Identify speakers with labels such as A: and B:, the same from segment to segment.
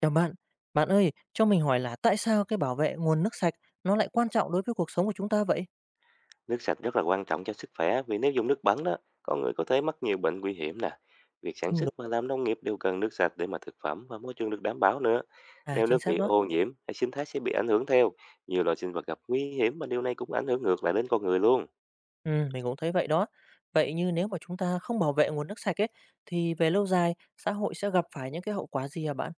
A: Chào bạn, bạn ơi, cho mình hỏi là tại sao cái bảo vệ nguồn nước sạch nó lại quan trọng đối với cuộc sống của chúng ta vậy?
B: Nước sạch rất là quan trọng cho sức khỏe vì nếu dùng nước bẩn đó, con người có thể mắc nhiều bệnh nguy hiểm nè. Việc sản
A: Ừ, đúng.
B: xuất và làm nông nghiệp đều cần nước sạch để mà thực phẩm và môi trường được đảm bảo nữa.
A: À,
B: Nếu
A: chính
B: nước
A: xác
B: bị
A: đó.
B: ô nhiễm, hệ sinh thái sẽ bị ảnh hưởng theo. Nhiều loài sinh vật gặp nguy hiểm mà điều này cũng ảnh hưởng ngược lại đến con người luôn.
A: Ừ, mình cũng thấy vậy đó. Vậy như nếu mà chúng ta không bảo vệ nguồn nước sạch ấy, thì về lâu dài xã hội sẽ gặp phải những cái hậu quả gì à bạn?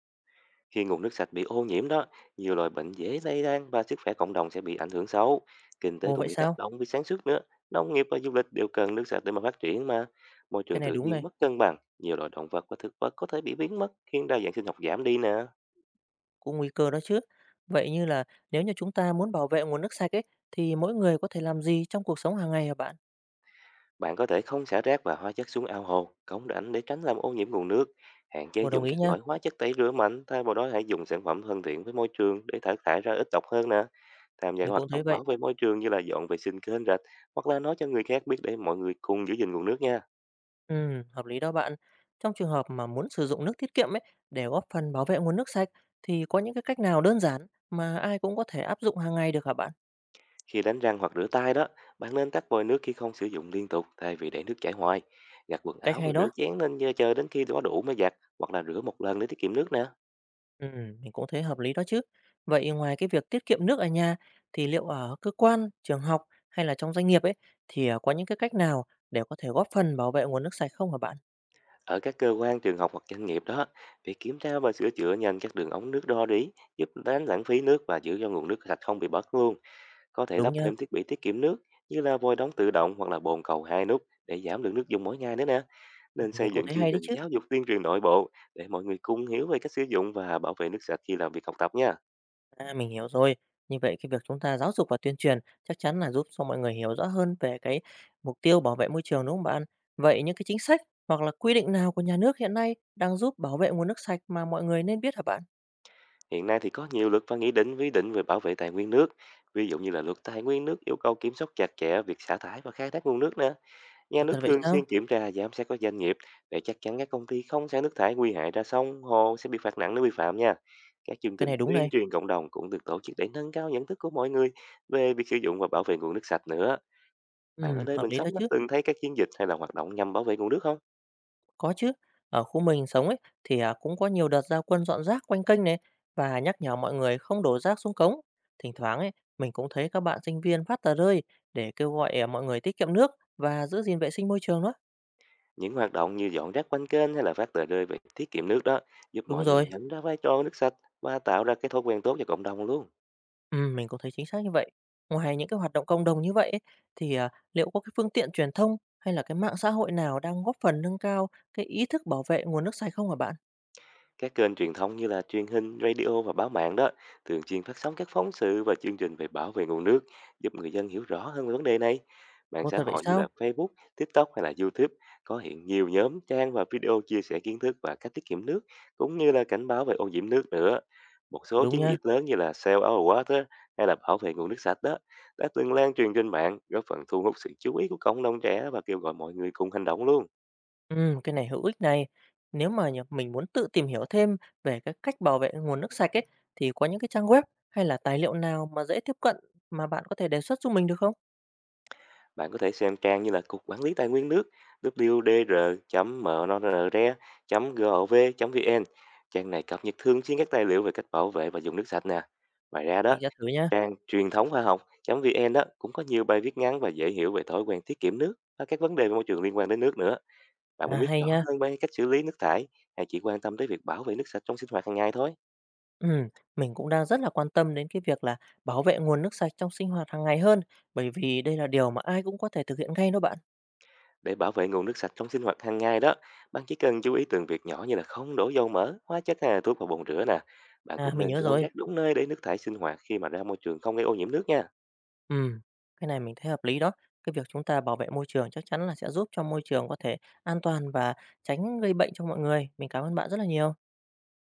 B: Khi nguồn nước sạch bị ô nhiễm đó, nhiều loại bệnh dễ lây lan và sức khỏe cộng đồng sẽ bị ảnh hưởng xấu. Kinh tế
A: Ồ
B: cũng
A: vậy
B: bị
A: sao?
B: tác động vì sản xuất nữa. Nông nghiệp và du lịch đều cần nước sạch để mà phát triển mà. Môi
A: Cái
B: trường
A: này
B: tự
A: đúng
B: nhiên
A: này,
B: mất cân bằng, nhiều loại động vật và thực vật có thể bị biến mất khiến đa dạng sinh học giảm đi nè.
A: cũng nguy cơ đó chứ. Vậy như là nếu như chúng ta muốn bảo vệ nguồn nước sạch ấy, thì mỗi người có thể làm gì trong cuộc sống hàng ngày à bạn?
B: Bạn có thể không xả rác và hóa chất xuống ao hồ, cống rãnh để tránh làm ô nhiễm nguồn nước. Hạn chế
A: Ồ, đồng
B: dùng
A: ý
B: các
A: nha,
B: loại hóa chất tẩy rửa mạnh, thay vào đó hãy dùng sản phẩm thân thiện với môi trường để thải thải ra ít độc hơn nè. Tham gia các
A: mình cũng
B: hoạt
A: thấy
B: động
A: vậy.
B: bảo vệ môi trường như là dọn vệ sinh kênh rạch hoặc là nói cho người khác biết để mọi người cùng giữ gìn nguồn nước nha.
A: Hợp lý đó bạn. Trong trường hợp mà muốn sử dụng nước tiết kiệm ấy để góp phần bảo vệ nguồn nước sạch thì có những cái cách nào đơn giản mà ai cũng có thể áp dụng hàng ngày được hả bạn?
B: Khi đánh răng hoặc rửa tay đó, bạn nên tắt vòi nước khi không sử dụng liên tục thay vì để nước chảy hoài. Giặt quần
A: Cách
B: áo
A: hay
B: và
A: đó.
B: rửa chén nên chờ chờ đến khi có đủ mới giặt hoặc là rửa một lần để tiết kiệm nước nè.
A: Mình cũng thấy hợp lý đó chứ. Vậy ngoài cái việc tiết kiệm nước ở nhà thì liệu ở cơ quan, trường học hay là trong doanh nghiệp ấy thì có những cái cách nào để có thể góp phần bảo vệ nguồn nước sạch không hả bạn?
B: Ở các cơ quan, trường học hoặc doanh nghiệp đó, việc kiểm tra và sửa chữa nhanh các đường ống nước đo đĩ giúp tránh lãng phí nước và giữ cho nguồn nước sạch không bị mất luôn. Có thể
A: Đúng
B: lắp
A: nha.
B: thêm thiết bị tiết kiệm nước như là vòi đóng tự động hoặc là bồn cầu hai nút để giảm lượng nước dùng mỗi ngày nữa nè. Nên
A: Mình
B: xây
A: cũng
B: dựng
A: thấy
B: chương
A: hay đấy
B: trình
A: chứ.
B: giáo dục tuyên truyền nội bộ để mọi người cùng hiểu về cách sử dụng và bảo vệ nước sạch khi làm việc học tập nha.
A: À, mình hiểu rồi. Như vậy cái việc chúng ta giáo dục và tuyên truyền chắc chắn là giúp cho mọi người hiểu rõ hơn về cái mục tiêu bảo vệ môi trường đúng không bạn? Vậy những cái chính sách hoặc là quy định nào của nhà nước hiện nay đang giúp bảo vệ nguồn nước sạch mà mọi người nên biết hả bạn?
B: Hiện nay thì có nhiều luật và nghị định quy định về bảo vệ tài nguyên nước, ví dụ như là luật tài nguyên nước yêu cầu kiểm soát chặt chẽ việc xả thải và khai thác nguồn nước nè. Nhà
A: Ồ,
B: nước
A: thật vậy
B: thường
A: sao?
B: xuyên kiểm tra giám sát các doanh nghiệp để chắc chắn các công ty không xả nước thải nguy hại ra sông, hồ sẽ bị phạt nặng nếu vi phạm nha. Các chương
A: Cái
B: trình
A: này đúng
B: tuyên
A: này.
B: truyền cộng đồng cũng được tổ chức để nâng cao nhận thức của mọi người về việc sử dụng và bảo vệ nguồn nước sạch nữa. Bạn ở
A: Ừ,
B: nơi
A: hợp
B: mình
A: lý đó
B: sống đã
A: chứ.
B: từng thấy các chiến dịch hay là hoạt động nhằm bảo vệ nguồn nước không?
A: Có chứ. Ở khu mình sống ấy thì cũng có nhiều đợt ra quân dọn rác quanh kênh này và nhắc nhở mọi người không đổ rác xuống cống. Thỉnh thoảng ấy mình cũng thấy các bạn sinh viên phát tờ rơi để kêu gọi mọi người tiết kiệm nước và giữ gìn vệ sinh môi trường đó.
B: Những hoạt động như dọn rác quanh kênh hay là phát tờ rơi về tiết kiệm nước đó giúp
A: Đúng
B: mọi người
A: rồi.
B: nhận ra vai trò nước sạch và tạo ra cái thói quen tốt cho cộng đồng luôn.
A: Mình cũng thấy chính xác như vậy. Ngoài những cái hoạt động cộng đồng như vậy ấy, thì, liệu có cái phương tiện truyền thông hay là cái mạng xã hội nào đang góp phần nâng cao cái ý thức bảo vệ nguồn nước sạch không hả bạn?
B: Các kênh truyền thống như là truyền hình, radio và báo mạng đó thường xuyên phát sóng các phóng sự và chương trình về bảo vệ nguồn nước, giúp người dân hiểu rõ hơn về vấn đề này. Mạng
A: Ồ,
B: xã
A: thật vậy
B: hội như
A: sao?
B: là Facebook, TikTok hay là YouTube có hiện nhiều nhóm, trang và video chia sẻ kiến thức và cách tiết kiệm nước, cũng như là cảnh báo về ô nhiễm nước nữa. Một số
A: Đúng
B: chiến
A: nha.
B: dịch lớn như là Save Our Water hay là bảo vệ nguồn nước sạch đó đã từng lan truyền trên mạng, góp phần thu hút sự chú ý của cộng đồng trẻ và kêu gọi mọi người cùng hành động luôn.
A: Cái này hữu ích này. Nếu mà mình muốn tự tìm hiểu thêm về cái cách bảo vệ nguồn nước sạch ấy, thì có những cái trang web hay là tài liệu nào mà dễ tiếp cận mà bạn có thể đề xuất giúp mình được không?
B: Bạn có thể xem trang như là Cục Quản lý Tài nguyên nước wdr.mnr.gov.vn. Trang này cập nhật thường xuyên các tài liệu về cách bảo vệ và dùng nước sạch nè. Ngoài ra
A: Mình
B: đó,
A: sẽ thử nha.
B: trang truyền thống khoa học.vn đó cũng có nhiều bài viết ngắn và dễ hiểu về thói quen tiết kiệm nước và các vấn đề về môi trường liên quan đến nước nữa. Bạn
A: À,
B: muốn biết
A: hay
B: rõ
A: nha.
B: hơn về cách xử lý nước thải hay chỉ quan tâm tới việc bảo vệ nước sạch trong sinh hoạt hàng ngày thôi?
A: Ừm, mình cũng đang rất là quan tâm đến cái việc là bảo vệ nguồn nước sạch trong sinh hoạt hàng ngày hơn, bởi vì đây là điều mà ai cũng có thể thực hiện ngay đó bạn.
B: Để bảo vệ nguồn nước sạch trong sinh hoạt hàng ngày đó, bạn chỉ cần chú ý từng việc nhỏ như là không đổ dầu mỡ, hóa chất hay là thuốc vào bồn rửa nè. Bạn
A: À,
B: cũng
A: mình
B: nên
A: nhớ
B: gom
A: rồi.
B: rác đúng nơi để nước thải sinh hoạt khi mà ra môi trường không gây ô nhiễm nước nha.
A: Ừ, cái này mình thấy hợp lý đó. Cái việc chúng ta bảo vệ môi trường chắc chắn là sẽ giúp cho môi trường có thể an toàn và tránh gây bệnh cho mọi người. Mình cảm ơn bạn rất là nhiều.